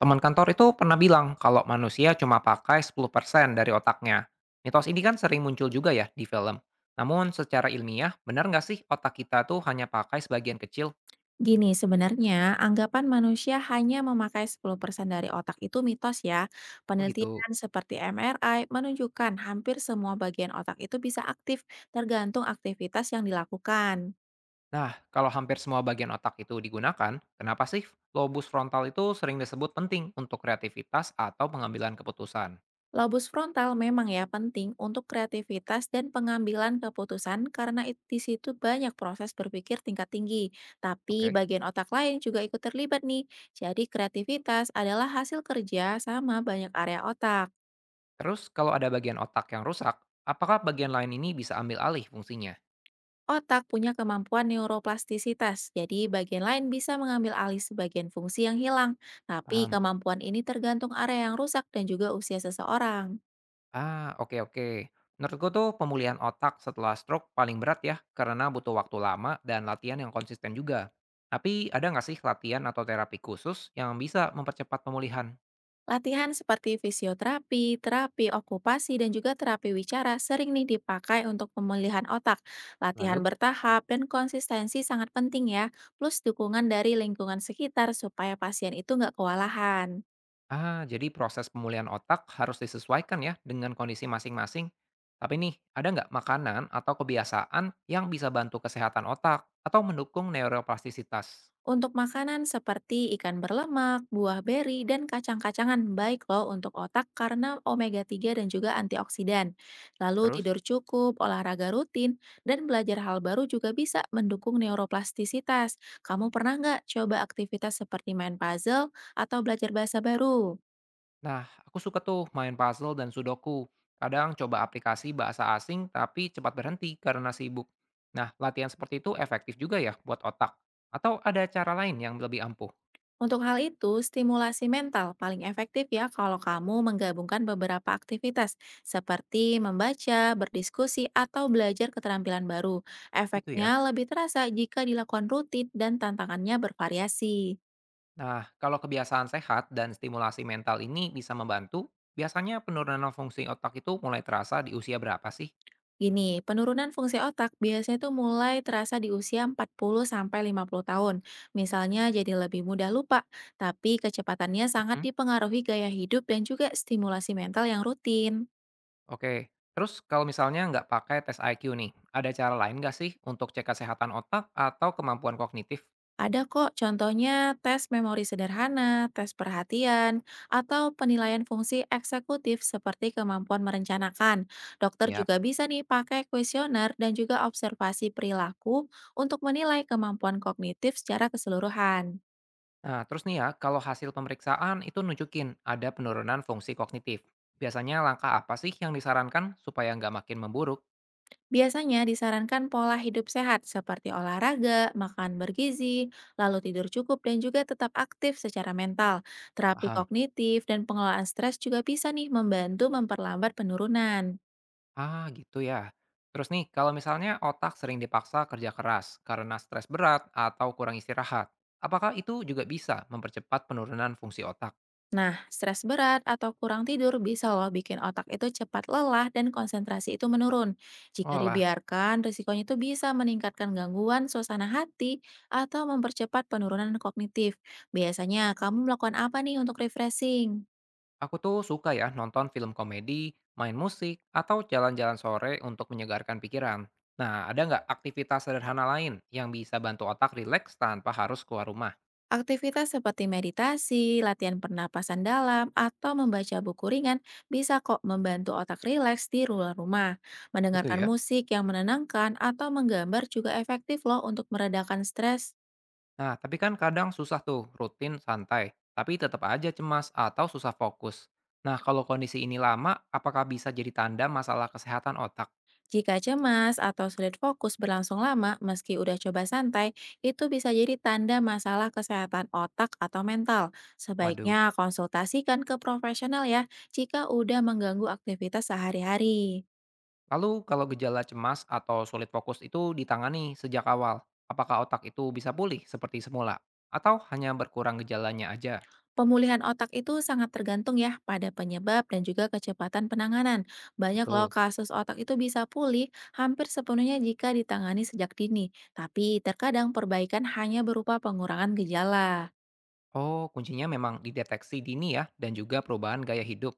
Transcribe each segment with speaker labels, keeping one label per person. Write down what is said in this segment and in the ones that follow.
Speaker 1: Teman kantor itu pernah bilang kalau manusia cuma pakai 10% dari otaknya. Mitos ini kan sering muncul juga ya di film. Namun secara ilmiah, benar nggak sih otak kita tuh hanya pakai sebagian kecil?
Speaker 2: Gini, sebenarnya anggapan manusia hanya memakai 10% dari otak itu mitos ya.
Speaker 1: Oh gitu.
Speaker 2: Penelitian seperti MRI menunjukkan hampir semua bagian otak itu bisa aktif tergantung aktivitas yang dilakukan.
Speaker 1: Nah, kalau hampir semua bagian otak itu digunakan, kenapa sih lobus frontal itu sering disebut penting untuk kreativitas atau pengambilan keputusan?
Speaker 2: Lobus frontal memang ya penting untuk kreativitas dan pengambilan keputusan karena di situ banyak proses berpikir tingkat tinggi. Tapi
Speaker 1: Oke.
Speaker 2: bagian otak lain juga ikut terlibat nih. Jadi kreativitas adalah hasil kerja sama banyak area otak.
Speaker 1: Terus kalau ada bagian otak yang rusak, apakah bagian lain ini bisa ambil alih fungsinya?
Speaker 2: Otak punya kemampuan neuroplastisitas, jadi bagian lain bisa mengambil alih sebagian fungsi yang hilang. Tapi
Speaker 1: Paham.
Speaker 2: kemampuan ini tergantung area yang rusak dan juga usia seseorang.
Speaker 1: Ah, oke oke. Menurutku tuh pemulihan otak setelah stroke paling berat ya, karena butuh waktu lama dan latihan yang konsisten juga. Tapi ada nggak sih latihan atau terapi khusus yang bisa mempercepat pemulihan?
Speaker 2: Latihan seperti fisioterapi, terapi okupasi, dan juga terapi wicara sering nih dipakai untuk pemulihan otak. Latihan
Speaker 1: Lalu?
Speaker 2: bertahap dan konsistensi sangat penting ya, plus dukungan dari lingkungan sekitar supaya pasien itu nggak kewalahan.
Speaker 1: Ah, jadi proses pemulihan otak harus disesuaikan ya dengan kondisi masing-masing. Tapi nih, ada nggak makanan atau kebiasaan yang bisa bantu kesehatan otak atau mendukung neuroplastisitas?
Speaker 2: Untuk makanan seperti ikan berlemak, buah beri, dan kacang-kacangan baik loh untuk otak karena omega-3 dan juga antioksidan. Lalu
Speaker 1: Terus?
Speaker 2: tidur cukup, olahraga rutin, dan belajar hal baru juga bisa mendukung neuroplastisitas. Kamu pernah nggak coba aktivitas seperti main puzzle atau belajar bahasa baru?
Speaker 1: Nah, aku suka tuh main puzzle dan sudoku. Kadang coba aplikasi bahasa asing tapi cepat berhenti karena sibuk. Nah, latihan seperti itu efektif juga ya buat otak. Atau ada cara lain yang lebih ampuh?
Speaker 2: Untuk hal itu, stimulasi mental paling efektif ya kalau kamu menggabungkan beberapa aktivitas seperti membaca, berdiskusi, atau belajar keterampilan baru.
Speaker 1: Itu ya.
Speaker 2: Efeknya lebih terasa jika dilakukan rutin dan tantangannya bervariasi.
Speaker 1: Nah, kalau kebiasaan sehat dan stimulasi mental ini bisa membantu, biasanya penurunan fungsi otak itu mulai terasa di usia berapa sih?
Speaker 2: Gini, penurunan fungsi otak biasanya tuh mulai terasa di usia 40-50 tahun. Misalnya jadi lebih mudah lupa, tapi kecepatannya sangat
Speaker 1: Mhm.
Speaker 2: dipengaruhi gaya hidup dan juga stimulasi mental yang rutin.
Speaker 1: Oke, terus kalau misalnya nggak pakai tes IQ nih, ada cara lain nggak sih untuk cek kesehatan otak atau kemampuan kognitif?
Speaker 2: Ada kok, contohnya tes memori sederhana, tes perhatian, atau penilaian fungsi eksekutif seperti kemampuan merencanakan. Dokter
Speaker 1: Ya.
Speaker 2: juga bisa nih pakai kuesioner dan juga observasi perilaku untuk menilai kemampuan kognitif secara keseluruhan.
Speaker 1: Nah, terus nih ya, kalau hasil pemeriksaan itu nunjukin ada penurunan fungsi kognitif. Biasanya langkah apa sih yang disarankan supaya nggak makin memburuk?
Speaker 2: Biasanya disarankan pola hidup sehat seperti olahraga, makan bergizi, lalu tidur cukup dan juga tetap aktif secara mental. Terapi
Speaker 1: Paham?
Speaker 2: kognitif dan pengelolaan stres juga bisa nih membantu memperlambat penurunan.
Speaker 1: Ah, gitu ya. Terus nih, kalau misalnya otak sering dipaksa kerja keras karena stres berat atau kurang istirahat, apakah itu juga bisa mempercepat penurunan fungsi otak?
Speaker 2: Nah, stres berat atau kurang tidur bisa loh bikin otak itu cepat lelah dan konsentrasi itu menurun. Jika
Speaker 1: Olah.
Speaker 2: dibiarkan, risikonya itu bisa meningkatkan gangguan suasana hati atau mempercepat penurunan kognitif. Biasanya, kamu melakukan apa nih untuk refreshing?
Speaker 1: Aku tuh suka ya nonton film komedi, main musik, atau jalan-jalan sore untuk menyegarkan pikiran. Nah, ada nggak aktivitas sederhana lain yang bisa bantu otak rileks tanpa harus keluar rumah?
Speaker 2: Aktivitas seperti meditasi, latihan pernapasan dalam, atau membaca buku ringan bisa kok membantu otak rileks di luar rumah.
Speaker 1: Itu
Speaker 2: Mendengarkan
Speaker 1: ya.
Speaker 2: musik yang menenangkan atau menggambar juga efektif loh untuk meredakan stres.
Speaker 1: Nah, tapi kan kadang susah tuh rutin santai, tapi tetap aja cemas atau susah fokus. Nah, kalau kondisi ini lama, apakah bisa jadi tanda masalah kesehatan otak?
Speaker 2: Jika cemas atau sulit fokus berlangsung lama meski udah coba santai, itu bisa jadi tanda masalah kesehatan otak atau mental.
Speaker 1: Waduh.
Speaker 2: Sebaiknya konsultasikan ke profesional ya jika udah mengganggu aktivitas sehari-hari.
Speaker 1: Lalu kalau gejala cemas atau sulit fokus itu ditangani sejak awal, apakah otak itu bisa pulih seperti semula? Atau hanya berkurang gejalanya aja?
Speaker 2: Pemulihan otak itu sangat tergantung ya pada penyebab dan juga kecepatan penanganan. Banyak loh
Speaker 1: Betul.
Speaker 2: kasus otak itu bisa pulih hampir sepenuhnya jika ditangani sejak dini, tapi terkadang perbaikan hanya berupa pengurangan gejala.
Speaker 1: Oh, kuncinya memang dideteksi dini ya, dan juga perubahan gaya hidup.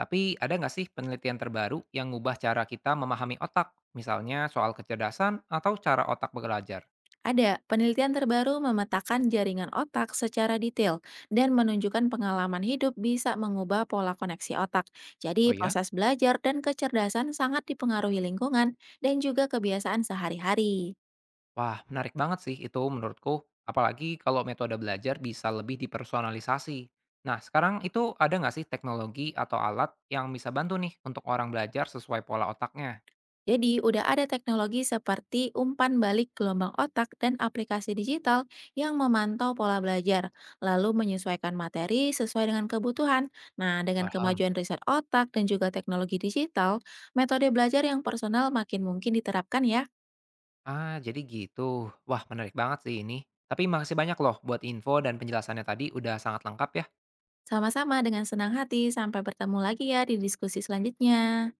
Speaker 1: Tapi ada nggak sih penelitian terbaru yang ngubah cara kita memahami otak? Misalnya soal kecerdasan atau cara otak belajar?
Speaker 2: Ada penelitian terbaru memetakan jaringan otak secara detail dan menunjukkan pengalaman hidup bisa mengubah pola koneksi otak. Jadi,
Speaker 1: Oh ya?
Speaker 2: proses belajar dan kecerdasan sangat dipengaruhi lingkungan dan juga kebiasaan sehari-hari.
Speaker 1: Wah, menarik banget sih itu menurutku. Apalagi kalau metode belajar bisa lebih dipersonalisasi. Nah, sekarang itu ada nggak sih teknologi atau alat yang bisa bantu nih untuk orang belajar sesuai pola otaknya?
Speaker 2: Jadi, udah ada teknologi seperti umpan balik gelombang otak dan aplikasi digital yang memantau pola belajar, lalu menyesuaikan materi sesuai dengan kebutuhan. Nah, dengan
Speaker 1: Paham.
Speaker 2: kemajuan riset otak dan juga teknologi digital, metode belajar yang personal makin mungkin diterapkan ya.
Speaker 1: Ah, jadi gitu. Wah, menarik banget sih ini. Tapi makasih banyak loh buat info dan penjelasannya tadi udah sangat lengkap ya.
Speaker 2: Sama-sama dengan senang hati, sampai bertemu lagi ya di diskusi selanjutnya.